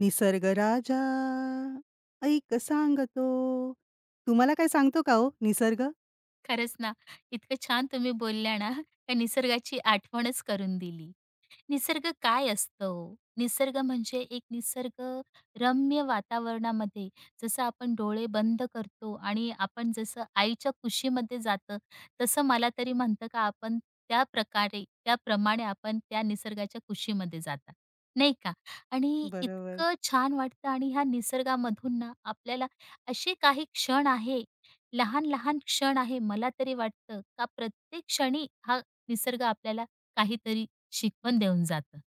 निसर्ग राजा ऐक सांगतो. तुम्हाला काय सांगतो का हो निसर्ग? खरंच ना, इतकं छान तुम्ही बोलल्या ना, त्या निसर्गाची आठवणच करून दिली. निसर्ग काय असतं हो? निसर्ग म्हणजे एक निसर्गरम्य वातावरणामध्ये जसं आपण डोळे बंद करतो आणि आपण जसं आईच्या कुशीमध्ये जातं, तसं मला तरी म्हणतं का आपण त्या प्रकारे, त्याप्रमाणे आपण त्या निसर्गाच्या कुशीमध्ये जाता, नाही का? आणि बरोबर. इतकं छान वाटतं आणि ह्या निसर्गामधून ना आपल्याला असे काही क्षण आहे लहान-लहान क्षण आहे. मला तरी वाटतं का प्रत्येक क्षणी हा निसर्ग आपल्याला काहीतरी शिकवण देऊन जातं,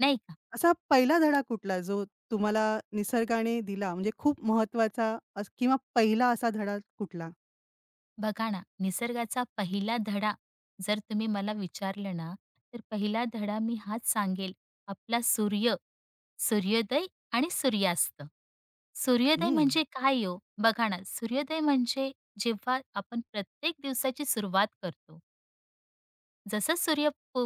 नाही का? असा पहिला धडा कुठला जो तुम्हाला निसर्गाने दिला म्हणजे खूप महत्वाचा अस किंवा पहिला असा धडा कुठला? बघा ना, निसर्गाचा पहिला धडा जर तुम्ही मला विचारलं ना, तर पहिला धडा मी हाच सांगेल, आपला सूर्य, सूर्योदय आणि सूर्यास्त. सूर्योदय हं. म्हणजे काय हो? बघा ना, सूर्योदय म्हणजे जेव्हा आपण प्रत्येक दिवसाची सुरुवात करतो. जसं पू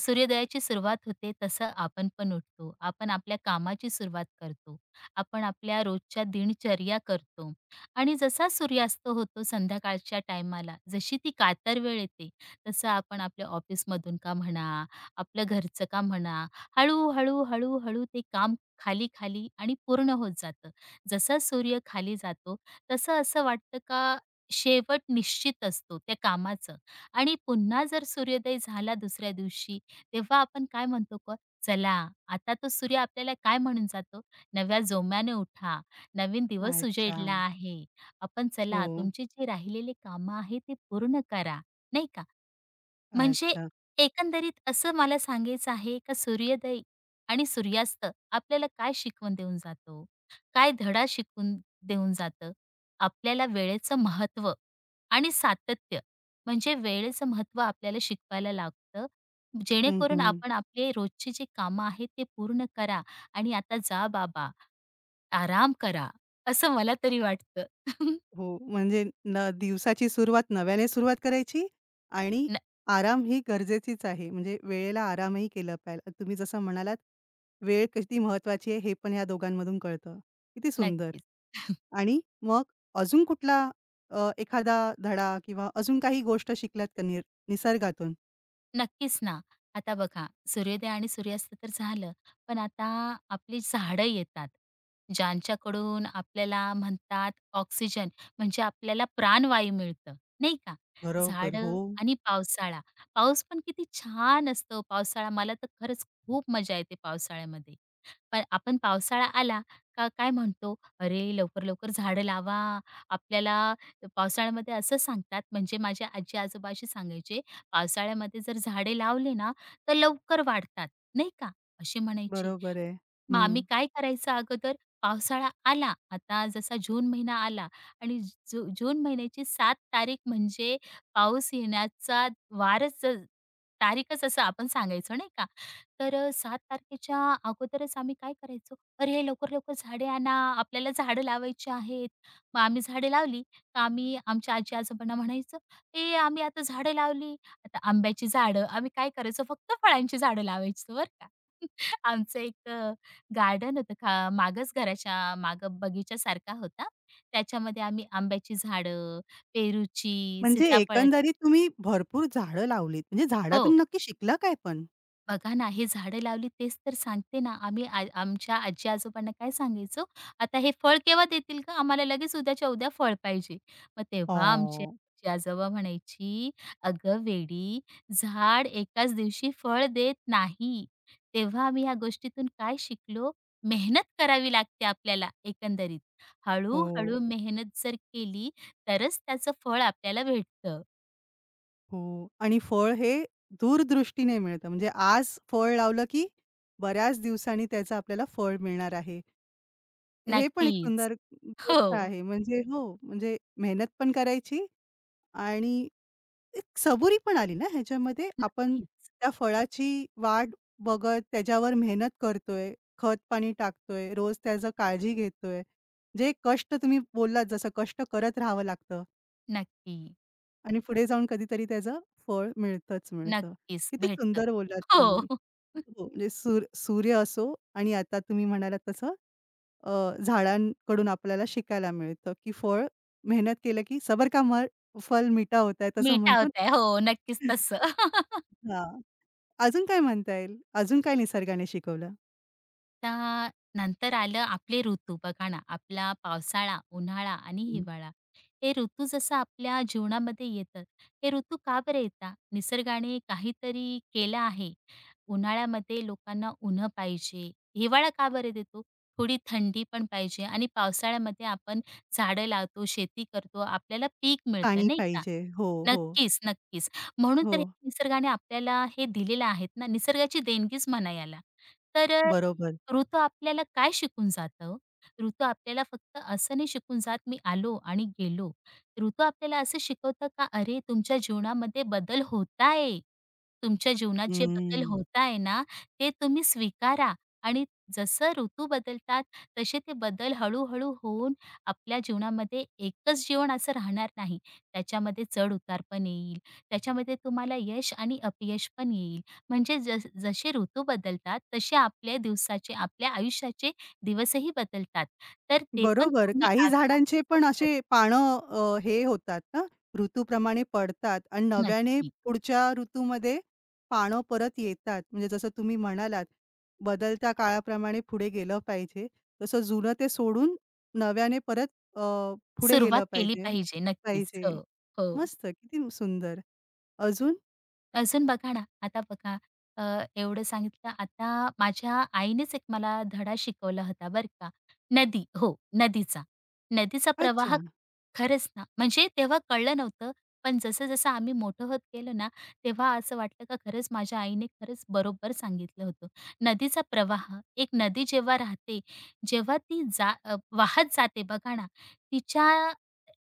सूर्योदयाची सुरुवात होते, तसं आपण पण उठतो. आपण आपल्या कामाची सुरुवात करतो. आपण आपल्या रोजच्या दिनचर्या करतो आणि जसा सूर्यास्त होतो संध्याकाळच्या टायमाला, जशी ती कातर वेळ येते, तसं आपण आपल्या ऑफिसमधून का म्हणा, आपलं घरचं काम म्हणा, हळू-हळू, हळूहळू ते काम खाली-खाली आणि पूर्ण होत जातं. जसा सूर्य खाली जातो, तसं असं वाटतं का शेवट निश्चित असतो त्या कामाचं. आणि पुन्हा जर सूर्योदय झाला दुसऱ्या दिवशी, तेव्हा आपण काय म्हणतो का, चला आता तो सूर्य आपल्याला काय म्हणून जातो, नव्या जोम्याने उठा, नवीन दिवस अच्छा. उजेडला आहे. आपण हो. चला तुमची जी राहिलेली कामं आहेत, ती पूर्ण करा, नाही का? म्हणजे अच्छा. एकंदरीत असं मला सांगायचं आहे का सूर्योदय आणि सूर्यास्त आपल्याला काय शिकवून देऊन जातो? काय धडा शिकवून देऊन जातं? आपल्याला वेळेचं महत्त्व आणि सातत्य म्हणजे वेळेचं महत्त्व आपल्याला शिकवायला लागतं, जेणेकरून हं, आपण आपले रोजची जी कामं आहेत ते पूर्ण करा आणि आता जा बाबा, आराम करा, असं मला तरी वाटतं. हो, म्हणजे दिवसाची सुरुवात नव्याने सुरुवात करायची आणि न आराम ही गरजेचीच आहे. म्हणजे वेळेला आरामही केला पाहिजे. तुम्ही जसं म्हणालात, वेळ किती महत्वाची आहे हे पण या दोघांमधून कळतं. किती सुंदर नक्कीच. आणि मग अजून कुठला एखादा धडा किंवा अजून काही गोष्ट शिकलात का निसर्गातून? नक्कीच ना. आता बघा सूर्योदय आणि सूर्यास्त तर झालं, पण आता आपली झाडं येतात, ज्यांच्याकडून आपल्याला म्हणतात ऑक्सिजन म्हणजे आपल्याला प्राणवायू मिळतं, नाही का? बरोबर, हो. झाडं आणि पावसाळा. पाऊस पण किती छान असतो पावसाळा. मला तर खरंच खूप मजा येते पावसाळ्यामध्ये. पण आपण पावसाळा आला का काय म्हणतो, "अरे, लवकर-लवकर झाडं लावा." आपल्याला पावसाळ्यामध्ये असं सांगतात म्हणजे माझ्या आजी-आजोबा सांगायचे, पावसाळ्यामध्ये जर झाडे लावले ना, तर लवकर वाढतात, नाही का? असे म्हणायचे. बरोबर आहे. मग हं. आम्ही काय करायचं अगोदर पावसाळा आला, आता जसा जून महिना आला आणि जून महिन्याची 7 तारीख म्हणजे पाऊस येण्याचा वारच तारीखच असं आपण सांगायचो नाही का. तर 7 तारखेच्या अगोदरच आम्ही काय करायचो, "अरे, लवकर-लवकर झाडे आणा, आपल्याला झाडं लावायची आहेत." मग आम्ही झाडे लावली, तर आम्ही आमच्या आजी-आजोबांना म्हणायचो, "ए, आम्ही आता झाडं लावली." आता आंब्याची झाडं आम्ही काय करायचो, फक्त फळांची झाडं लावायचो बरं का. आमचं एक गार्डन होतं खा मागच घराच्या मागं बगीचासारखा होता. त्याच्यामध्ये आम्ही आंब्याची झाडं, पेरूची, म्हणजे सीताफळाची एकंदरीत तुम्ही भरपूर झाडं लावलीत. म्हणजे हो. झाडातून नक्की शिकला काय पण? बघा ना, हे झाडं लावली तेच तर सांगते ना, आम्ही आमच्या आजी-आजोबांना काय सांगायचो, "आता हे फळ केव्हा देतील गं? आम्हाला लगेच उद्याच्या उद्या फळ पाहिजे." मग तेव्हा आमचे हो. आजी-आजोबा म्हणायची, "अगं वेडी, झाड एकाच दिवशी फळ देत नाही." तेव्हा आम्ही ह्या गोष्टीतून काय शिकलो, मेहनत करावी लागते आपल्याला एकंदरीत. हो. हळू मेहनत जर केली, तरच त्याचं फळ आपल्याला भेटतं. हो आणि फळ हे दूरदृष्टीने मिळतं. म्हणजे आज फळ लावलं, की बऱ्याच दिवसांनी त्याचं आपल्याला फळ मिळणार आहे. हे पण एक नक्कीच. सुंदर हो, गोष्ट आहे. म्हणजे हो, म्हणजे मेहनत पण करायची आणि एक सबुरी पण आली ना ह्याच्यामध्ये. आपण नक्कीच, त्या फळाची वाट बघत त्याच्यावर मेहनत करतोय, खत-पाणी टाकतोय, रोज त्याचं काळजी घेतोय. जे कष्ट तुम्ही बोललात जसं कष्ट करत राहावं लागतं. नक्की. आणि पुढे जाऊन कधीतरी त्याचं फळ मिळतंच मिळतं. नक्कीच किती भेटतं. सुंदर बोललात तुम्ही. हो. हो, म्हणजे सूर्य असो आणि आता तुम्ही म्हणालात तसं अ, झाडांकडून आपल्याला शिकायला मिळतं, की फळ मेहनत केलं की "सबर का मल फल मीठा होता है" तसं मी म्हणतो ठेवते. हो, ना. नक्कीच तसं. हां. अजून काय म्हणता येईल? अजून काय निसर्गाने शिकवलं? आता नंतर आलं आपले ऋतू बघा ना आपला पावसाळा उन्हाळा आणि हं. हिवाळा हे ऋतू जसं आपल्या जीवनामध्ये येतात हे ऋतू का बरे येतात निसर्गाने काहीतरी केलं आहे उन्हाळ्यामध्ये लोकांना उन्ह पाहिजे हिवाळा का बरे देतो थोडी थंडी पण पाहिजे आणि पावसाळ्यामध्ये आपण झाडं लावतो शेती करतो आपल्याला पीक मिळतं पाणी नाही का पाहिजे. हो, हो, नक्कीच नक्कीच म्हणून हो. तर हे निसर्गाने आपल्याला हे दिलेलं आहेत ना निसर्गाची देणगीच म्हणा याला तर बरोबर. ऋतू आपल्याला काय शिकून जातं हो? ऋतू आपल्याला फक्त असं नाही शिकून जात मी आलो आणि गेलो. ऋतू आपल्याला असं शिकवतं का अरे तुमच्या जीवनामध्ये बदल होत आहे. तुमच्या जीवनात जे बदल हं. होत आहे ना, ते तुम्ही स्वीकारा आणि जसं ऋतू बदलतात तसे ते बदल हळू-हळू होऊन आपल्या जीवनामध्ये एकच जीवन असं राहणार नाही. त्याच्यामध्ये चढ-उतार पण येईल. त्याच्यामध्ये तुम्हाला यश आणि अपयश पण येईल. म्हणजे जस जसे ऋतू बदलतात, तसे आपल्या दिवसाचे, आपल्या आयुष्याचे दिवसही बदलतात. तर ते पण बरोबर. तुम्ही काही झाडांचे आत्मसात पण करा. असे पानं हे होतात ना, ऋतूप्रमाणे पडतात आणि नव्याने नक्की. पुढच्या ऋतूमध्ये पानं परत येतात. म्हणजे जसं तुम्ही म्हणालात, बदलत्या काळाप्रमाणे पुढे गेलं पाहिजे. तसं जुनं ते सोडून नव्याने परत अ, पुढे सुरुवात गेलं केली पाहिजे पाहिजे. नक्कीच. पाहिजे. हो, हो. मस्त, किती सुंदर. अजून? अजून बघा ना, आता बघा अ, एवढं सांगितलं. आता माझ्या आईनेच एक मला धडा शिकवला होता बरं का. नदी हो, नदीचा. नदीचा प्रवाह अच्छा. खरंच ना, म्हणजे तेव्हा कळलं नव्हतं. पण जसं-जसं आम्ही मोठं होत गेलो ना, तेव्हा असं वाटलं का खरंच माझ्या आईने खरंच बरोबर सांगितलं होतं. नदीचा प्रवाह, एक नदी जेव्हा राहते, जेव्हा वाहत जाते बघा ना, तिच्या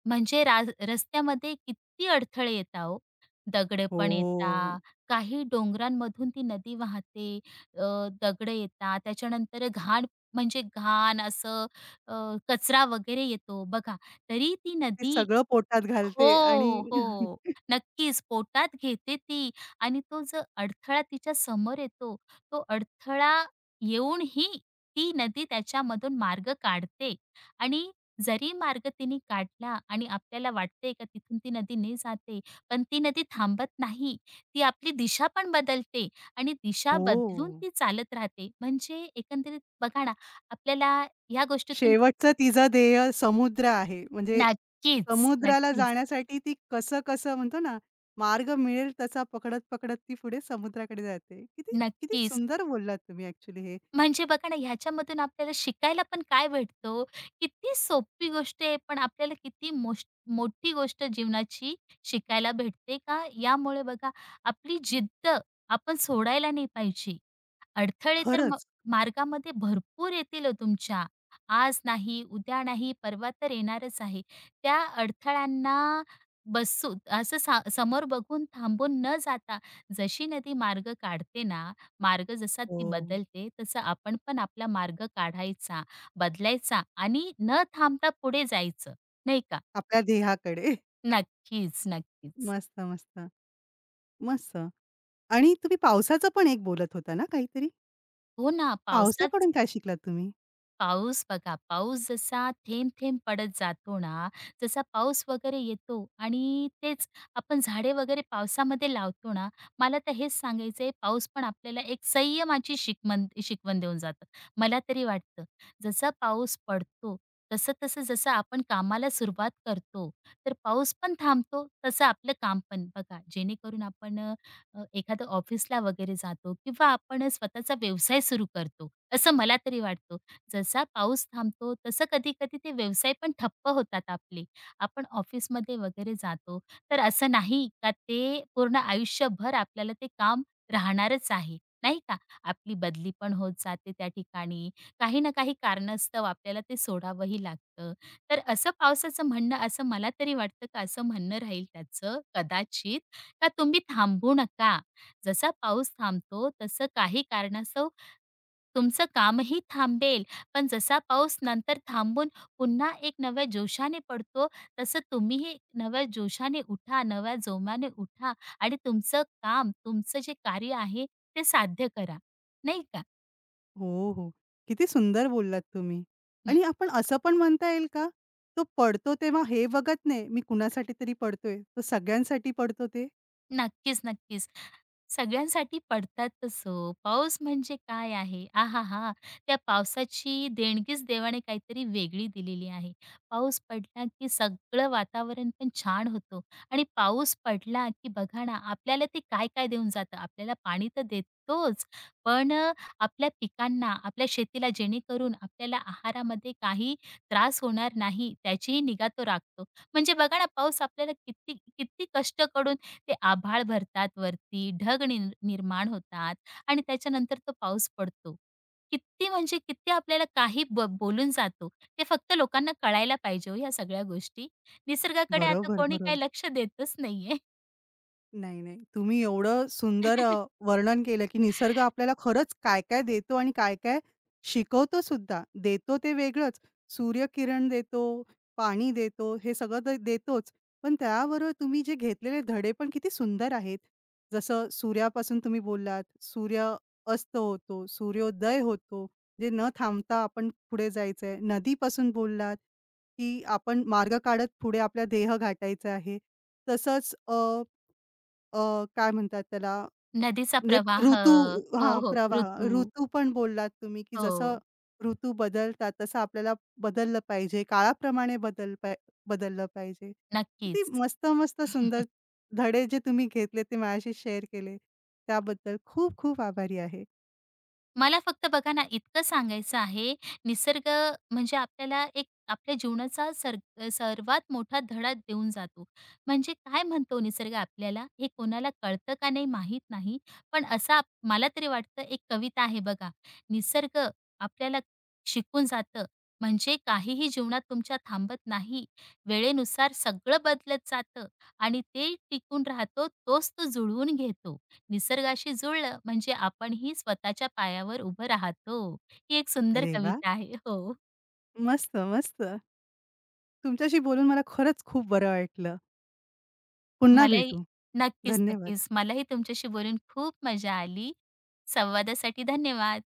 म्हणजे रस्त्यामध्ये किती अडथळे येता हो. दगडं पण येतात, हो. काही डोंगरांमधून ती नदी वाहते, अ, दगडं येतात, त्याच्यानंतर घाण म्हणजे अ, कचरा वगैरे येतो बघा. तरी ती ते नदी सगळं पोटात घालते आणि हो, हो. नक्कीच पोटात घेते ती आणि तो जो अडथळा तिच्या समोर येतो, तो अडथळा येऊनही ती नदी त्याच्यामधून मार्ग काढते आणि जरी मार्ग तिने काढला आणि आपल्याला वाटते का तिथून ती नदी नाही जाते, पण ती नदी थांबत नाही. ती आपली दिशा पण बदलते आणि दिशा हो. बदलून ती चालत राहते. म्हणजे एकंदरीत बघा ना, आपल्याला ह्या गोष्टीतून शेवटचं तिचं ध्येय समुद्र आहे. म्हणजे नक्कीच, समुद्राला नक्कीच, जाण्यासाठी ती कसं-कसं म्हणतो ना, मार्ग मिळेल तसा पकडत-पकडत ती पुढे समुद्राकडे जाते. किती किती नक्कीच. सुंदर बोललात तुम्ही ॲक्चुअली हे. म्हणजे बघा ना, ह्याच्यामधून आपल्याला शिकायला पण काय भेटतो? किती सोपी गोष्ट आहे, पण आपल्याला किती मोठी गोष्ट जीवनाची शिकायला भेटते का? यामुळे बघा आपली जिद्द आपण सोडायला नाही पाहिजे. अडथळे तर खरंच. मार्गामध्ये भरपूर येतील हो तुमच्या. आज नाही, उद्या नाही, परवा तर येणारच आहे. त्या अडथळ्यांना बसून असं सा समोर बघून थांबून न जाता जशी नदी मार्ग काढते ना, मार्ग जसा ती हो. बदलते तसा आपण पण आपला मार्ग काढायचा, बदलायचा आणि न थांबता पुढे जायचं, नाही का? आपल्या ध्येयाकडे. नक्कीच, नक्कीच. मस्त, मस्त. मस्त. आणि तुम्ही पावसाचं पण एक बोलत होता ना काहीतरी? हो ना, पावसात पावसाकडून काय शिकलात तुम्ही? पाऊस बघा, पाऊस जसा थेंब-थेंब पडत जातो ना, जसा पाऊस वगैरे येतो आणि तेच आपण झाडे वगैरे पावसामध्ये लावतो ना, मला तर हेच सांगायचंय, पाऊस पण आपल्याला एक संयमाची शिकवण देऊन जातं. मला तरी वाटतं. जसा पाऊस पडतो, तसं-तसं जसं आपण कामाला सुरुवात करतो, तर पाऊस पण थांबतो, तसं आपलं काम पण. बघा, जेणेकरून आपण एखादं ऑफिसला वगैरे जातो किंवा आपण स्वतःचा व्यवसाय सुरू करतो, असं मला तरी वाटतं. जसा पाऊस थांबतो तसं कधी-कधी ते व्यवसाय पण ठप्प होतात आपले. आपण ऑफिसमध्ये वगैरे जातो, तर असं नाही का ते पूर्ण आयुष्यभर आपल्याला ते काम राहणारच आहे, नाही का? आपली बदली पण होत जाते त्या ठिकाणी. काही ना काही कारणास्तव आपल्याला ते सोडावंही लागतं. तर असं पावसाचं म्हणणं असं मला तरी वाटतं का असं म्हणणं राहील त्याचं कदाचित, का तुम्ही थांबू नका. जसा पाऊस थांबतो तसं काही कारणास्तव तुमचं कामही थांबेल पण जसा पाऊस नंतर थांबून पुन्हा एक नव्या जोशाने पडतो, तसं तुम्हीही नव्या जोशाने उठा, नव्या जोमाने उठा आणि तुमचं काम, तुमचं जे कार्य आहे, ते साध्य करा, नाही का? हो, हो. किती सुंदर बोललात तुम्ही. आणि आपण असं पण म्हणता येईल का, तो पडतो तेव्हा हे बघत नाही, मी कुणासाठी तरी पडतोय, तो सगळ्यांसाठी पडतो ते? नक्कीच, नक्कीच. सगळ्यांसाठी पडतातच हो. पाऊस म्हणजे काय आहे? आहाहा! त्या पावसाची देणगीच देवाने काहीतरी वेगळी दिलेली आहे. पाऊस पडला की सगळं वातावरण पण छान होतो, आणि पाऊस पडला की बघा ना, आपल्याला ते काय-काय देऊन जातं. आपल्याला पाणी तर देतोच, पण आपल्या पिकांना, आपल्या शेतीला जेणेकरून आपल्याला आहारामध्ये काही त्रास होणार नाही, त्याचीही निगा तो राखतो. म्हणजे बघा ना, पाऊस आपल्याला किती किती कष्ट ते आभाळ भरतात वरती, ढग निर्माण होतात आणि त्याच्यानंतर तो पाऊस पडतो. किती म्हणजे किती आपल्याला काही बोलून जातो. ते फक्त लोकांना कळायला पाहिजे हो या सगळ्या गोष्टी. निसर्गाकडे आता बरोबर, कोणी बरोबर. काही लक्ष देतच नाहीये. नाही, नाही. तुम्ही एवढं सुंदर वर्णन केलं, की निसर्ग आपल्याला खरंच काय-काय देतो आणि काय-काय शिकवतो सुद्धा. देतो ते वेगळंच. सूर्यकिरण देतो, पाणी देतो, हे सगळं तर देतोच. पण त्याबरोबर तुम्ही जे घेतलेले धडे पण किती सुंदर आहेत. जसं सूर्यापासून तुम्ही बोललात, सूर्य अस्त होतो, सूर्योदय होतो, जे न थांबता आपण पुढे जायचं नदीपासून बोललात, की आपण मार्ग काढत पुढे आपला देह गाठायचा आहे. तसंच काय म्हणतात त्याला नदीचा म्हणजे प्रवाह ऋतू हो, हां, हो. प्रवाह. ऋतू. ऋतू पण बोललात तुम्ही, की जसं हो, ऋतू बदलतात तसं आपल्याला बदललं पाहिजे. काळाप्रमाणे बदललं पाहिजे. किती नक्कीच. मस्त-मस्त सुंदर धडे जे तुम्ही घेतले ते माझ्याशी शेअर केले. त्याबद्दल खूप खूप आभारी आहे. मला फक्त बघा ना, इतकं सांगायचं आहे, निसर्ग म्हणजे आपल्याला एक आपल्या जीवनाचा सर्वात मोठा धडा देऊन जातो. म्हणजे काय म्हणतो निसर्ग आपल्याला, हे कोणाला कळतं का नाही माहीत नाही. पण असा मला तरी वाटतं एक कविता आहे बघा, निसर्ग आपल्याला शिकून जातं. म्हणजे काहीही जीवनात तुमच्या थांबत नाही. वेळेनुसार सगळं बदलत जातं आणि ते टिकून राहतो, तोच तो जुळवून घेतो. निसर्गाशी जुळलं म्हणजे आपणही स्वतःच्या पायावर उभं राहतो. ही एक सुंदर अरे वाह! कविता आहे. हो. मस्त, मस्त. तुमच्याशी बोलून मला खरंच खूप बरं वाटलं. पुन्हा मलाही भेटू. नक्कीच, धन्यवाद. नक्कीच. मलाही तुमच्याशी बोलून खूप मजा आली. संवादासाठी धन्यवाद.